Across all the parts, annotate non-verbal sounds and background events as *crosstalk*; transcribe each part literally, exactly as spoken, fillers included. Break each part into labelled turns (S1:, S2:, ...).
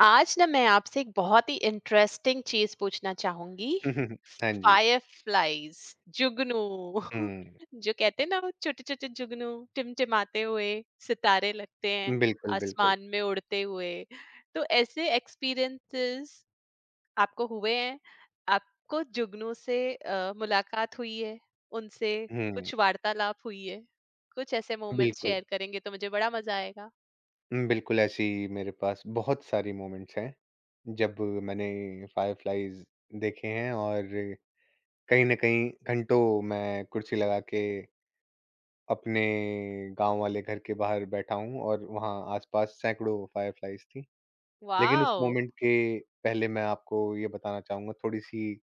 S1: आज ना मैं आपसे एक बहुत ही इंटरेस्टिंग चीज़ पूछना चाहूँगी।
S2: *laughs* हाँ जी।
S1: फायरफ्लाइज़, जुगनू। *laughs*
S2: हुँ,
S1: जो कहते हैं ना, वो छोटे-छोटे जुगनू टिमटिमाते हुए सितारे लगते हैं
S2: बिल्कुल, बिल्कुल।
S1: आसमान में उड़ते हुए। तो ऐसे एक्सपीरियंसेस आपको हुए हैं? आपको जुगनू से अ, मुलाकात हुई है? उनसे
S2: हुँ,
S1: कुछ वार्तालाप हुई है? कुछ ऐसे मोमेंट्स
S2: बिल्कुल।
S1: शेयर करेंगे तो मुझे बड़ा मज़ा आएगा।
S2: उम, बिल्कुल ऐसी मेरे पास बहुत सारी मोमेंट्स हैं जब मैंने फ़ायरफ़्लाइज़ देखे हैं और कहीं न कहीं घंटों मैं कुर्सी लगा के अपने गाँव वाले घर के बाहर बैठा हूँ और वहाँ आस-पास सैकड़ों फ़ायरफ़्लाइज़ थी। लेकिन उस
S1: वॉव!
S2: मोमेंट के पहले मैं आपको ये बताना चाहूँगा थोड़ी-सी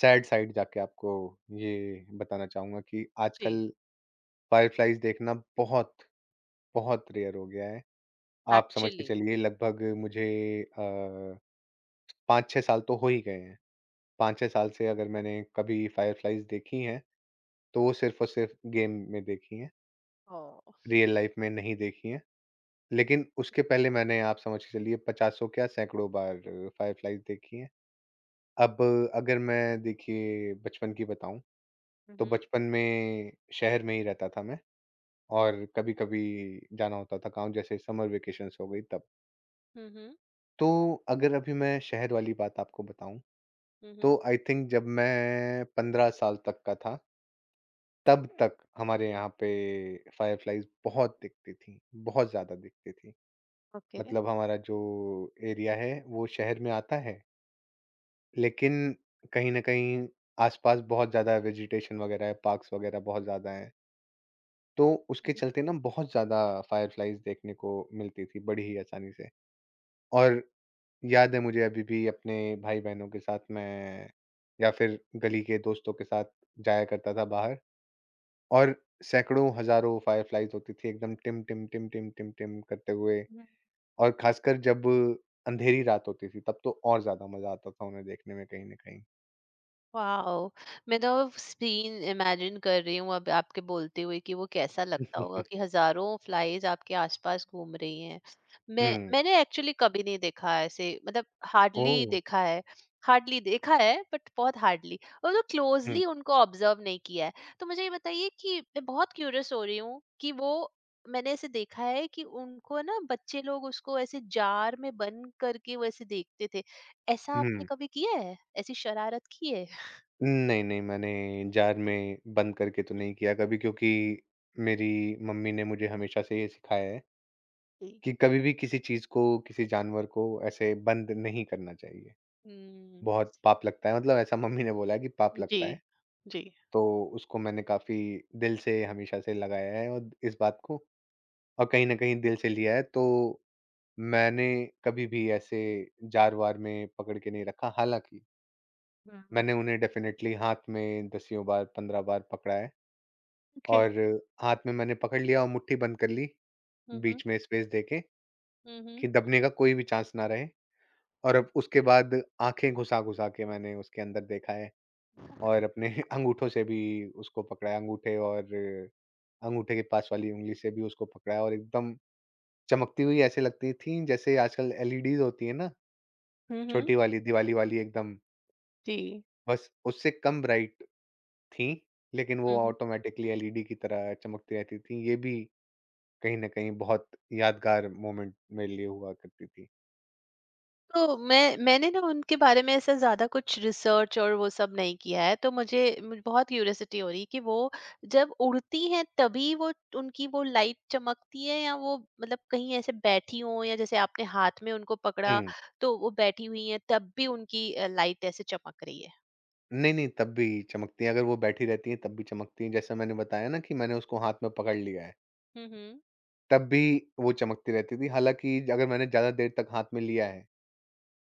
S2: सैड साइड जाके आपको ये बताना चाहूँगा कि
S1: जी,
S2: आजकल फ़ायरफ़्लाइज़ देखना बहुत बहुत रेयर हो गया है। आप समझ के
S1: एक्चुअली।
S2: चलिए लगभग मुझे अ, पांच छह साल तो हो ही गए हैं। पांच छह साल से अगर मैंने कभी फ़ायरफ़्लाइज़ देखी हैं, तो वो सिर्फ़ और सिर्फ़ गेम में देखी हैं,
S1: ओह!
S2: रियल लाइफ़ में नहीं देखी हैं। लेकिन उसके पहले मैंने आप समझ के चलिए पचासों क्या सैकड़ों बार फ़ायरफ़्लाइज़ देखी हैं। अब अगर मैं देखिए बचपन की बताऊँ,
S1: Hı
S2: तो
S1: hı.
S2: बचपन में शहर में ही रहता था मैं और कभी-कभी जाना होता था गाँव जैसे समर वेकेशंस हो गई तब।
S1: Hı hı.
S2: तो अगर अभी मैं शहर वाली बात आपको बताऊं
S1: Hı
S2: तो
S1: hı.
S2: आई थिंक जब मैं पंद्रह साल तक का था तब तक हमारे यहाँ पे फायरफ्लाइज बहुत दिखती थी बहुत ज्यादा दिखती थी।
S1: Okay.
S2: मतलब हमारा जो एरिया है वो शहर में आता है, लेकिन कहीं ना कहीं आसपास बहुत ज्यादा वेजिटेशन वगैरह है, पार्क्स वगैरह बहुत ज्यादा है, तो
S1: Hı
S2: उसके
S1: hı.
S2: चलते ना बहुत ज्यादा फायरफ्लाइज देखने को मिलती थी बड़ी ही आसानी से। और याद है मुझे अभी भी अपने भाई-बहनों के साथ मैं या फिर गली के दोस्तों के साथ जाया करता था बाहर और सैकड़ों, हज़ारों फ़ायरफ़्लाइज़ होती थी एकदम टिम, टिम, टिम, टिम, टिम, टिम करते हुए। और ख़ासकर जब अंधेरी रात होती थी तब तो और ज़्यादा मज़ा आता था उन्हें देखने में कहीं न कहीं।
S1: वाओ! मैं तो अब सीन इमेजिन कर रही हूँ अब आपके बोलते हुए कि वो कैसा लगता होगा
S2: हुँ,
S1: कि हज़ारों फ्लाइज़ आपके आसपास घूम रही हैं। मैं
S2: हुँ।
S1: मैंने एक्चुअली कभी नहीं देखा है ऐसे, मतलब हार्डली
S2: ओह!
S1: देखा है, हार्डली देखा है, बट बहुत हार्डली, और तो
S2: हुँ,
S1: क्लोज़ली उनको ऑब्ज़र्व नहीं किया है। तो मुझे ये बताइए कि मैं बहुत क्यूरियस हो रही हूँ कि वो, मैंने ऐसे देखा है कि उनको ना बच्चे लोग उसको ऐसे जार में बंद करके वैसे देखते थे। ऐसा आपने
S2: हुँ।
S1: कभी किया है? ऐसी शरारत की है?
S2: नहीं, नहीं मैंने जार में बंद करके तो नहीं किया कभी, क्योंकि मेरी मम्मी ने मुझे हमेशा से ये सिखाया है
S1: जी।
S2: कि कभी भी किसी चीज़ को, किसी जानवर को ऐसे बंद नहीं करना चाहिए।
S1: हुँ,
S2: बहुत पाप लगता है, मतलब ऐसा मम्मी ने बोला है कि पाप
S1: जी,
S2: लगता है।
S1: जी।
S2: तो उसको मैंने काफ़ी दिल से हमेशा से लगाया है और इस बात को और कहीं न कहीं दिल से लिया है। तो मैंने कभी भी ऐसे जारवार में पकड़ के नहीं रखा। हालाँकि
S1: हुँ, हुँ।
S2: मैंने उन्हें डेफ़िनेटली हाथ में दसियों बार, पंद्रह बार पकड़ा है
S1: ओके।
S2: और हाथ में मैंने पकड़ लिया और मुट्ठी बंद कर ली,
S1: हुँ, हुँ।
S2: बीच में स्पेस देके
S1: हुँ, हुँ।
S2: कि दबने का कोई भी चांस ना रहे। और अब उसके बाद आँखें घुसा-घुसा के मैंने उसके अंदर देखा है और अपने *laughs* अंगूठों से भी उसको पकड़ा है, अंगूठे और अंगूठे के पास वाली उँगली से भी उसको पकड़ा है और एकदम चमकती हुई ऐसे लगती थी जैसे आजकल एलईडीज़ होती है ना,
S1: हुँ, हुँ।
S2: छोटी वाली, दिवाली वाली एकदम,
S1: जी।
S2: बस उससे कम ब्राइट थीं, लेकिन वो
S1: हुँ, हुँ।
S2: ऑटोमैटिकली एलईडी की तरह चमकती रहती थीं। ये भी कहीं न कहीं बहुत यादगार मोमेंट मेरे लिए हुआ करती थी।
S1: तो मैं मैंने ना उनके बारे में ऐसा ज़्यादा कुछ रिसर्च और वो सब नहीं किया है, तो मुझे मुझे बहुत क्यूरियोसिटी हो रही है कि वो, जब उड़ती हैं तभी वो, उनकी वो लाइट चमकती है, या वो, मतलब कहीं ऐसे बैठी हों या जैसे आपने हाथ में उनको पकड़ा,
S2: हुँ।
S1: तो वो बैठी हुई हैं तब भी उनकी अ, लाइट ऐसे चमक रही है?
S2: नहीं, नहीं, तब भी चमकती हैं, अगर वो बैठी रहती हैं, तब भी चमकती हैं। जैसे मैंने बताया ना कि मैंने उसको हाथ में पकड़ लिया है,
S1: हुँ, हुँ।
S2: तब भी वो चमकती रहती थी। हालाँकि अगर मैंने ज़्यादा देर तक हाथ में लिया है,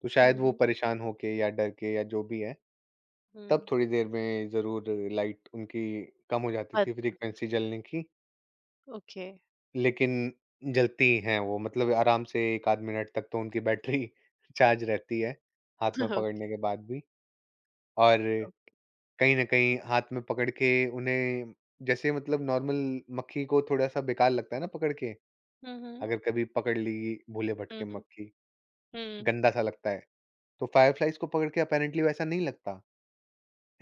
S2: तो
S1: हुँ,
S2: शायद वो
S1: हुँ।
S2: परेशान होके या डर के या जो भी है,
S1: हुँ।
S2: तब थोड़ी देर में ज़रूर लाइट उनकी कम हो जाती
S1: अद
S2: थी, फ्रीक्वेंसी जलने की।
S1: ओके।
S2: लेकिन जलती हैं वो, मतलब आराम से एक आध मिनट तक तो उनकी बैटरी *laughs* चार्ज रहती है, हाथ में
S1: *laughs*
S2: पकड़ने
S1: ओके।
S2: के बाद भी। और कहीं न कहीं हाथ में पकड़ के उन्हें जैसे मतलब नॉर्मल मक्खी को थोड़ा-सा बेकार लगता है ना पकड़ के,
S1: हुँ, हुँ।
S2: अगर कभी पकड़ ली भूले-भटके
S1: हुँ, हुँ।
S2: मक्खी,
S1: हुँ।
S2: गंदा सा लगता है। तो फ़ायरफ्लाइज़ को पकड़ के अपैरेंटली वैसा नहीं लगता,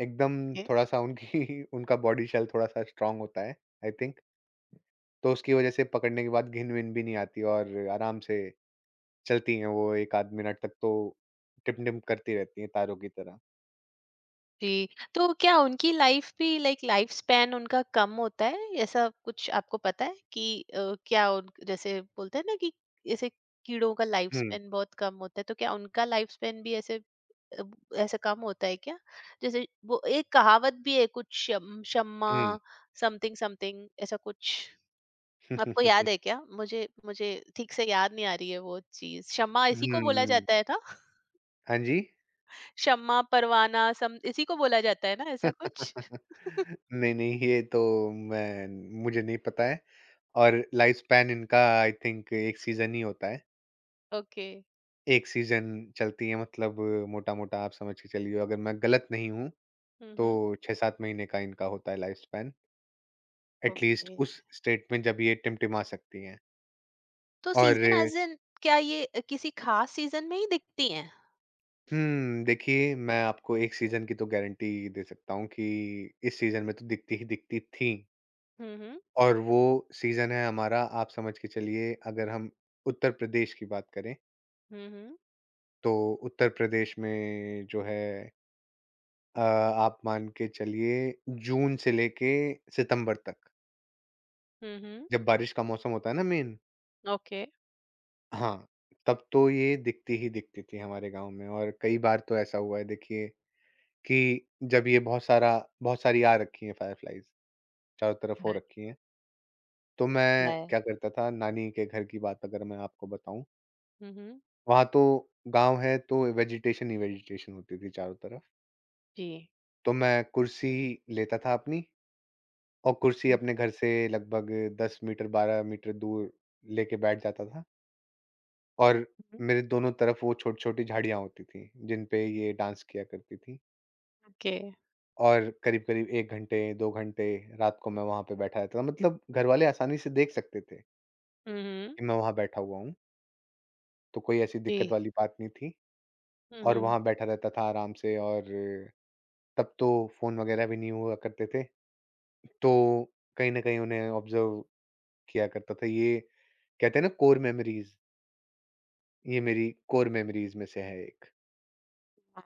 S2: एकदम
S1: ओके।
S2: थोड़ा-सा उनकी *laughs* उनका बॉडी शेल थोड़ा-सा स्ट्रॉन्ग होता है आई थिंक। तो उसकी वजह से पकड़ने के बाद घिन-विन भी नहीं आती और आराम से चलती हैं वो एक आध मिनट तक तो टिम-टिम करती रहती हैं तारों की तरह।
S1: जी, तो क्या उनकी लाइफ़ भी, लाइक लाइफ़ स्पैन उनका कम होता है? ऐसा कुछ आपको पता है कि अ, क्या उन, जैसे बोलते हैं ना कि ऐसे कीड़ों का लाइफ़
S2: हुँ,
S1: स्पैन बहुत कम होता है, तो क्या उनका लाइफ़ स्पैन भी ऐसे अ, ऐसे कम होता है क्या? जैसे वो एक कहावत भी है कुछ, शम शम्मा,
S2: हुँ।
S1: समथिंग समथिंग ऐसा कुछ, आपको याद है क्या? मुझे मुझे ठीक से याद नहीं आ रही है वो चीज़। शम्मा इसी
S2: हुँ,
S1: को बोला
S2: हुँ।
S1: जाता है
S2: *laughs*
S1: ना?
S2: हाँ जी।
S1: शम्मा परवाना, सम इसी को बोला जाता है ना, ऐसा कुछ?
S2: *laughs*
S1: *laughs*
S2: नहीं, नहीं, ये तो मैं मुझे नहीं पता है। और लाइफ स्पैन इनका आई थिंक एक सीज़न ही होता है।
S1: ओके।
S2: एक सीज़न चलती है, मतलब मोटा-मोटा आप समझ के चलिए अगर मैं गलत नहीं हूँ,
S1: हुँ, हुँ।
S2: तो छह सात महीने का इनका होता है life span, at least
S1: okay.
S2: उस स्टेट में जब ये टिमटिमा सकती हैं।
S1: तो
S2: और
S1: सीज़न एज़ इन, क्या ये अ, किसी ख़ास सीज़न में ही दिखती हैं?
S2: हुँ, देखिए मैं आपको एक सीज़न की तो गारंटी दे सकता हूँ कि इस सीज़न में तो दिखती ही दिखती थीं।
S1: हुँ, हुँ।
S2: और वो सीज़न है हमारा, आप समझ के चलिए अगर हम उत्तर प्रदेश की बात करें,
S1: हुँ, हुँ।
S2: तो उत्तर प्रदेश में जो है अ, आप मान के चलिए जून से लेके सितंबर तक,
S1: हुँ, हुँ।
S2: जब बारिश का मौसम होता है ना मेन।
S1: ओके।
S2: हाँ, तब तो ये दिखती ही दिखती थी हमारे गाँव में। और कई बार तो ऐसा हुआ है देखिए कि जब ये बहुत सारा बहुत सारी आ रखी हैं फ़ायरफ़्लाइज़, चारों तरफ हो
S1: राइट,
S2: रखी हैं, तो मैं
S1: राइ
S2: क्या करता था, नानी के घर की बात अगर मैं आपको बताऊँ,
S1: हुँ, हुँ।
S2: वहाँ तो गाँव है तो वेजिटेशन ही वेजिटेशन होती थी चारों तरफ।
S1: जी।
S2: तो मैं कुर्सी लेता था अपनी और कुर्सी
S1: हुँ,
S2: अपने घर से लगभग दस मीटर बारह मीटर दूर लेके बैठ जाता था और
S1: हुँ।
S2: मेरे दोनों तरफ वो छोटी-छोटी झाड़ियाँ होती थी, जिन पे ये डांस किया करती थी।
S1: ओके।
S2: और करीब-करीब एक घंटे, दो घंटे रात को मैं वहाँ पे बैठा रहता था। मतलब घर वाले आसानी से देख सकते थे
S1: हुँ, हुँ।
S2: कि मैं वहाँ बैठा हुआ हूँ, तो कोई ऐसी
S1: जी।
S2: दिक्कत वाली बात नहीं थी
S1: हुँ,
S2: और
S1: हुँ।
S2: वहाँ बैठा रहता था आराम से। और तब तो फ़ोन वगैरह भी नहीं हुआ करते थे, तो कहीं न कहीं उन्हें ऑब्ज़र्व किया करता था। ये कहते हैं ना कोर मेमोरीज़, ये मेरी कोर मेमोरीज़ में से है एक।
S1: वाओ!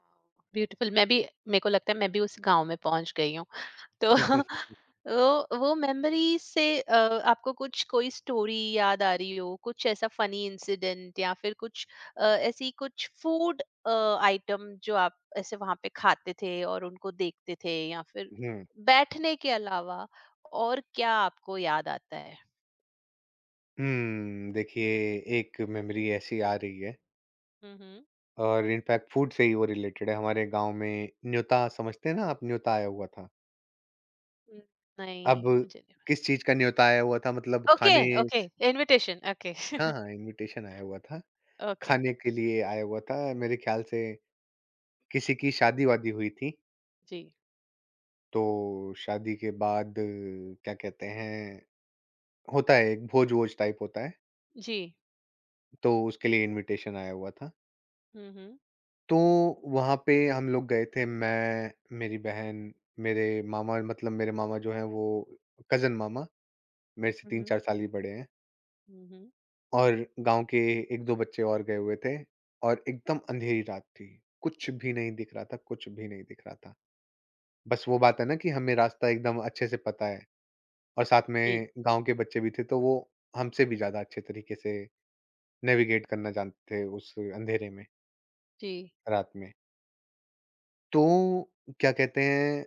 S1: ब्यूटीफुल। मैं भी, मेरे को लगता है मैं भी उस गाँव में पहुँच गई हूँ। तो *laughs*
S2: *laughs*
S1: वो वो मेमोरी से, अ, आपको कुछ, कोई स्टोरी याद आ रही हो, कुछ ऐसा फनी इंसिडेंट, या फिर कुछ अ, ऐसी कुछ फूड आइटम जो आप ऐसे वहां पे खाते थे और उनको देखते थे, या फिर
S2: हुँ।
S1: बैठने के अलावा और क्या आपको याद आता है।
S2: हुँ, देखिए एक मेमोरी ऐसी आ रही है
S1: हम्म।
S2: और इनफैक्ट फूड से ही वो रिलेटेड है। हमारे गाँव में न्योता, समझते हैं ना आप, न्योता आया हुआ था।
S1: न-
S2: अब
S1: नहीं, मुझे नहीं
S2: किस चीज़ का न्योता आया हुआ था, मतलब
S1: पता। ओके।
S2: खाने।
S1: Okay, invitation. ओके।
S2: हाँ,
S1: *laughs*
S2: हाँ, इन्विटेशन आया हुआ था।
S1: ओके।
S2: खाने के लिए आया हुआ था, मेरे ख्याल से किसी की शादी-वादी हुई थी।
S1: जी।
S2: तो शादी के बाद क्या कहते हैं होता है एक भोज-वोज टाइप होता है,
S1: जी।
S2: तो उसके लिए इनविटेशन आया हुआ था।
S1: हम्म हम्म।
S2: तो वहाँ पे हम लोग गए थे, मैं, मेरी बहन, मेरे मामा, मतलब मेरे मामा जो हैं वो कज़िन मामा, मेरे से तीन चार साल ही बड़े हैं,
S1: हम्म हम्म,
S2: और गाँव के एक दो बच्चे और गए हुए थे। और एकदम अंधेरी रात थी। कुछ भी नहीं दिख रहा था, कुछ भी नहीं दिख रहा था। बस वो बात है ना कि हमें रास्ता एकदम अच्छे से पता है। और साथ
S1: जी।
S2: में गाँव के बच्चे भी थे, तो वो हमसे भी ज़्यादा अच्छे तरीके से नेविगेट करना जानते थे उस अंधेरे में,
S1: जी।
S2: रात में। तो क्या कहते हैं,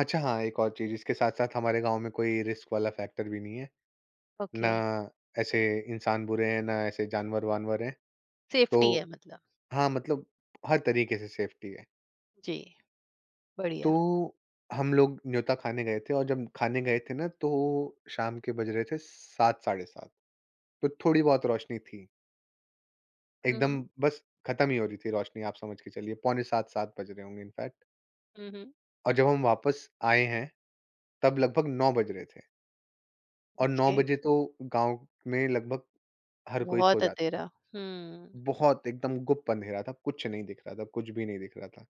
S2: अच्छा हाँ, एक और चीज़ इसके साथ-साथ हमारे गाँव में कोई रिस्क वाला फैक्टर भी नहीं है, ना
S1: ओके।
S2: ऐसे इंसान बुरे हैं, ना ऐसे जानवर-वानवर हैं।
S1: सेफ्टी
S2: तो
S1: है मतलब।
S2: हाँ, मतलब हर तरीके से सेफ्टी है।
S1: जी,
S2: तो
S1: बढ़िया।
S2: हम लोग न्योता खाने गए थे और जब खाने गए थे ना, तो शाम के बज रहे थे सात साढ़े सात, तो थोड़ी बहुत रोशनी थी।
S1: हुँ,
S2: एकदम
S1: हुँ।
S2: बस खत्म ही हो रही थी रोशनी, आप समझ के चलिए पौने सात सात बज रहे होंगे इनफैक्ट।
S1: हुँ, हुँ।
S2: और जब हम वापस आए हैं तब लगभग नौ बज रहे थे और नौ
S1: ओके,
S2: बजे तो गांव में लगभग हर कोई सो
S1: बहुत
S2: जाता है।
S1: अतेरा। हुँ।
S2: बहुत एकदम गुप्त अंधेरा था, कुछ नहीं दिख रहा था, कुछ भी नहीं दिख रहा था।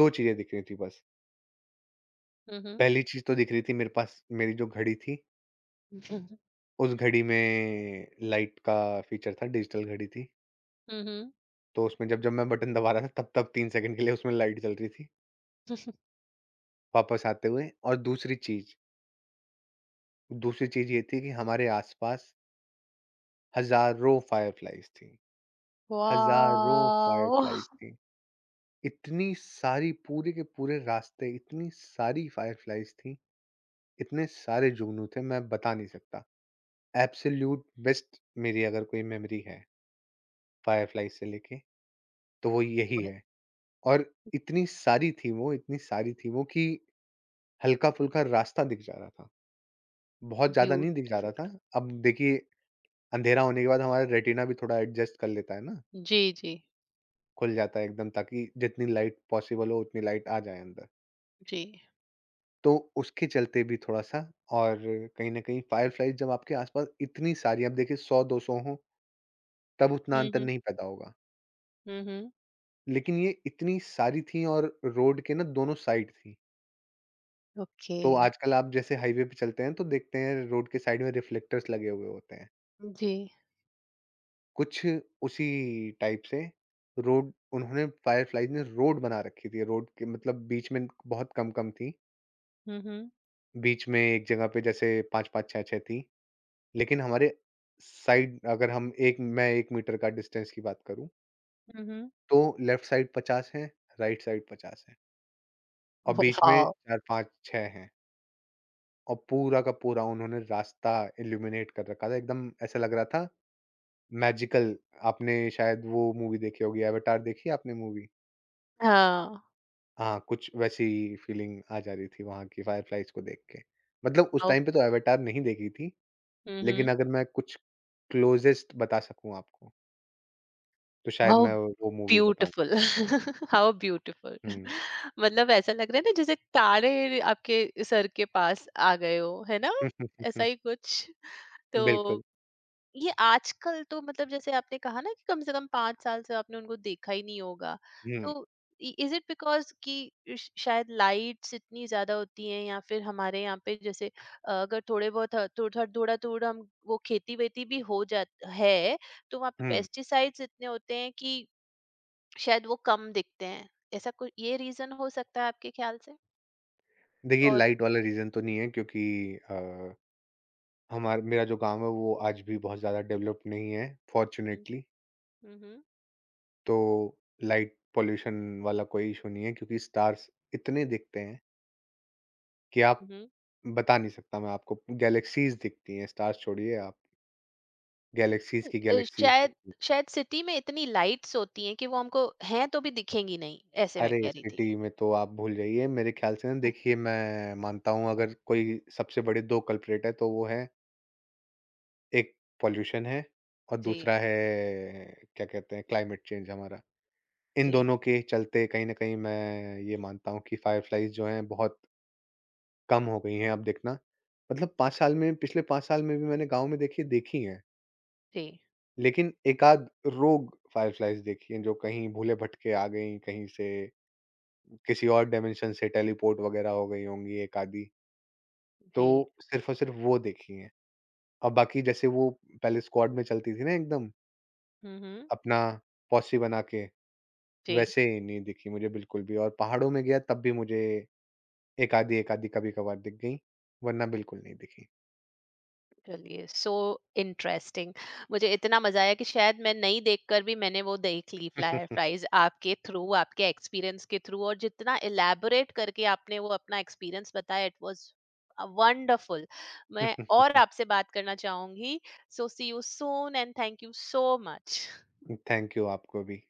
S2: दो चीजें दिख रही थी बस।
S1: हुँ, हुँ।
S2: पहली चीज तो दिख रही थी मेरे पास मेरी जो घड़ी थी, उस घड़ी में लाइट का फीचर था, डिजिटल घड़ी थी,
S1: हुँ, हुँ।
S2: तो उसमें जब जब मैं बटन दबा रहा था तब तब तीन सेकंड के लिए उसमें लाइट चल रही थी वापस आते हुए। और दूसरी चीज, दूसरी चीज़ ये थी कि हमारे आसपास हज़ारों फ़ायरफ़्लाइज़ थीं, हज़ारों फ़ायरफ़्लाइज़
S1: वॉव!
S2: थीं। इतनी सारी पूरे के पूरे रास्ते इतनी सारी फ़ायरफ़्लाइज़ थीं, इतने सारे जुगनू थे मैं बता नहीं सकता। एब्सोल्यूट बेस्ट, मेरी अगर कोई मेमोरी है फ़ायरफ़्लाइज़ से लेके, तो वो यही है। और इतनी सारी थी वो इतनी सारी थी वो कि हल्का-फुल्का रास्ता दिख जा रहा था। बहुत ज़्यादा नहीं दिख जा रहा
S1: ब्यूटीफुल।
S2: था।
S1: *laughs*
S2: अब देखिए अंधेरा होने के बाद हमारा रेटिना भी थोड़ा एडजस्ट कर लेता है ना।
S1: जी, जी,
S2: खुल जाता है एकदम ताकि जितनी लाइट पॉसिबल हो उतनी लाइट आ जाए अंदर।
S1: जी।
S2: तो उसके चलते भी थोड़ा-सा। और कहीं न कहीं फ़ायरफ़्लाइज़ जब आपके आस-पास इतनी सारी, अब देखिए सौ दो सौ हों, तब उतना
S1: हुँ,
S2: अंतर
S1: हुँ।
S2: नहीं पैदा होगा।
S1: हुँ, हुँ।
S2: लेकिन ये इतनी सारी थी और रोड के ना दोनों साइड थी।
S1: ओके।
S2: तो आजकल आप जैसे हाईवे पे चलते हैं तो देखते हैं रोड के साइड में रिफ्लेक्टर्स लगे हुए होते हैं।
S1: जी।
S2: कुछ उसी टाइप से रोड उन्होंने फ़ायरफ़्लाइज़ ने रोड बना रखी थी। रोड के मतलब बीच में बहुत कम-कम थी।
S1: हुँ, हुँ।
S2: बीच में एक जगह पे जैसे पांच पांच छह छह थी, लेकिन हमारे साइड अगर हम एक मैं एक मीटर का डिस्टेंस की बात करूँ,
S1: हुँ, हुँ।
S2: तो लेफ्ट साइड पचास है, राइट साइड पचास है और बीच में
S1: वॉव!
S2: चार पांच-छह हैं और पूरा का पूरा उन्होंने रास्ता इल्यूमिनेट कर रखा था, एकदम ऐसा लग रहा था मैजिकल। आपने शायद वो मूवी देखी होगी, एवाटार देखी है आपने मूवी?
S1: हाँ,
S2: हाँ, कुछ वैसी फीलिंग आ जा रही थी वहाँ की फायरफ्लाइज़ को देख के। मतलब उस
S1: हाउ,
S2: टाइम पे तो एवाटार नहीं देखी थी,
S1: हुँ,
S2: लेकिन
S1: हुँ।
S2: अगर मैं कुछ क्लोज़ेस्ट बता सकूँ आपको, तो शायद
S1: हाउ
S2: मैं वो मूवी बताऊँ।
S1: Beautiful, how beautiful.
S2: हुँ।
S1: *laughs* *laughs* मतलब ऐसा लग रहा है ना जैसे तारे आपके सर के पास आ गए हो, है ना? ऐसा
S2: *laughs*
S1: ही कुछ। तो
S2: बिल्कुल।
S1: ये आजकल तो, मतलब जैसे आपने कहा ना कि कम से कम पांच साल से आपने उनको देखा ही नहीं होगा,
S2: हुँ,
S1: तो इज इट बिकॉज कि श- शायद लाइट्स इतनी ज्यादा होती हैं, या फिर हमारे यहाँ पे जैसे अ, अगर थोड़े बहुत, अ, थोड़ा थोड़ा थोड़ा हम वो खेती वेती भी हो जा है, तो वहाँ पे
S2: हुँ।
S1: पेस्टिसाइड्स इतने होते हैं कि शायद वो कम दिखते हैं। ऐसा कुछ ये रीज़न हो सकता है आपके ख़्याल से?
S2: देखिए
S1: और
S2: लाइट वाला रीज़न तो नहीं है, क्योंकि अ, हमार मेरा जो गाँव है वो आज भी बहुत ज़्यादा डेवलप नहीं है
S1: हुँ,
S2: फॉर्च्युनेटली,
S1: हुँ, हुँ,
S2: तो लाइट पॉल्यूशन वाला कोई इश्यू नहीं है, क्योंकि स्टार्स इतने दिखते हैं कि आप
S1: हुँ।
S2: बता नहीं सकता मैं आपको, गैलेक्सीज़ दिखती हैं, स्टार्स छोड़िए आप, गैलेक्सीज़ की
S1: अ,
S2: गैलेक्सीज़
S1: शायद,
S2: दिखती हैं।
S1: शायद सिटी में इतनी लाइट्स होती हैं कि वो हमको, हैं तो भी दिखेंगी नहीं, ऐसे मैं
S2: अरे!
S1: कह रही थी।
S2: सिटी में तो आप भूल जाइए। मेरे ख़्याल से ना, देखिए,
S1: *laughs*
S2: मैं मानता हूँ अगर कोई सबसे बड़े दो कल्प्रेट है तो वो है, एक पॉल्यूशन है और
S1: जी,
S2: दूसरा है क्या कहते हैं क्लाइमेट चेंज हमारा। इन
S1: जी।
S2: दोनों के चलते कहीं न कहीं मैं ये मानता हूँ कि फ़ायर फ्लाइज़ जो हैं बहुत कम हो गई हैं अब, देखना, मतलब पांच साल में, पिछले पांच साल में भी मैंने गाँव में देखिए देखी हैं।
S1: जी,
S2: लेकिन एकाध रोग फ़ायर फ्लाइज़ देखी हैं जो कहीं भूले भटके आ गई, कहीं से किसी और डायमेंशन से टेलीपोर्ट वग़ैरह हो गई होंगी एकाधी। तो
S1: जी।
S2: सिर्फ़ और सिर्फ़ वो देखी हैं। और बाकी जैसे वो पहले स्क्वाड में चलती थी ना एकदम,
S1: हुँ, हुँ।
S2: अपना पॉsse बना के,
S1: जी।
S2: वैसे नहीं दिखी मुझे बिल्कुल भी। और पहाड़ों में गया तब भी मुझे एक आधी, एक आधी कभी-कभार दिख गईं, वरना बिल्कुल नहीं दिखी।
S1: चलिए, सो इंटरेस्टिंग। मुझे इतना मजा आया कि शायद मैं नहीं देखकर भी मैंने वो देख ली, फ्लायर फ्राइज, आपके थ्रू, आपके एक्सपीरियंस के थ्रू, और जितना इलेबोरेट करके आपने वो अपना एक्सपीरियंस बताया, इट वाज वंडरफुल। मैं
S2: *laughs*
S1: और आपसे बात करना चाहूंगी। So see you soon and thank you so much.
S2: Thank you आपको भी।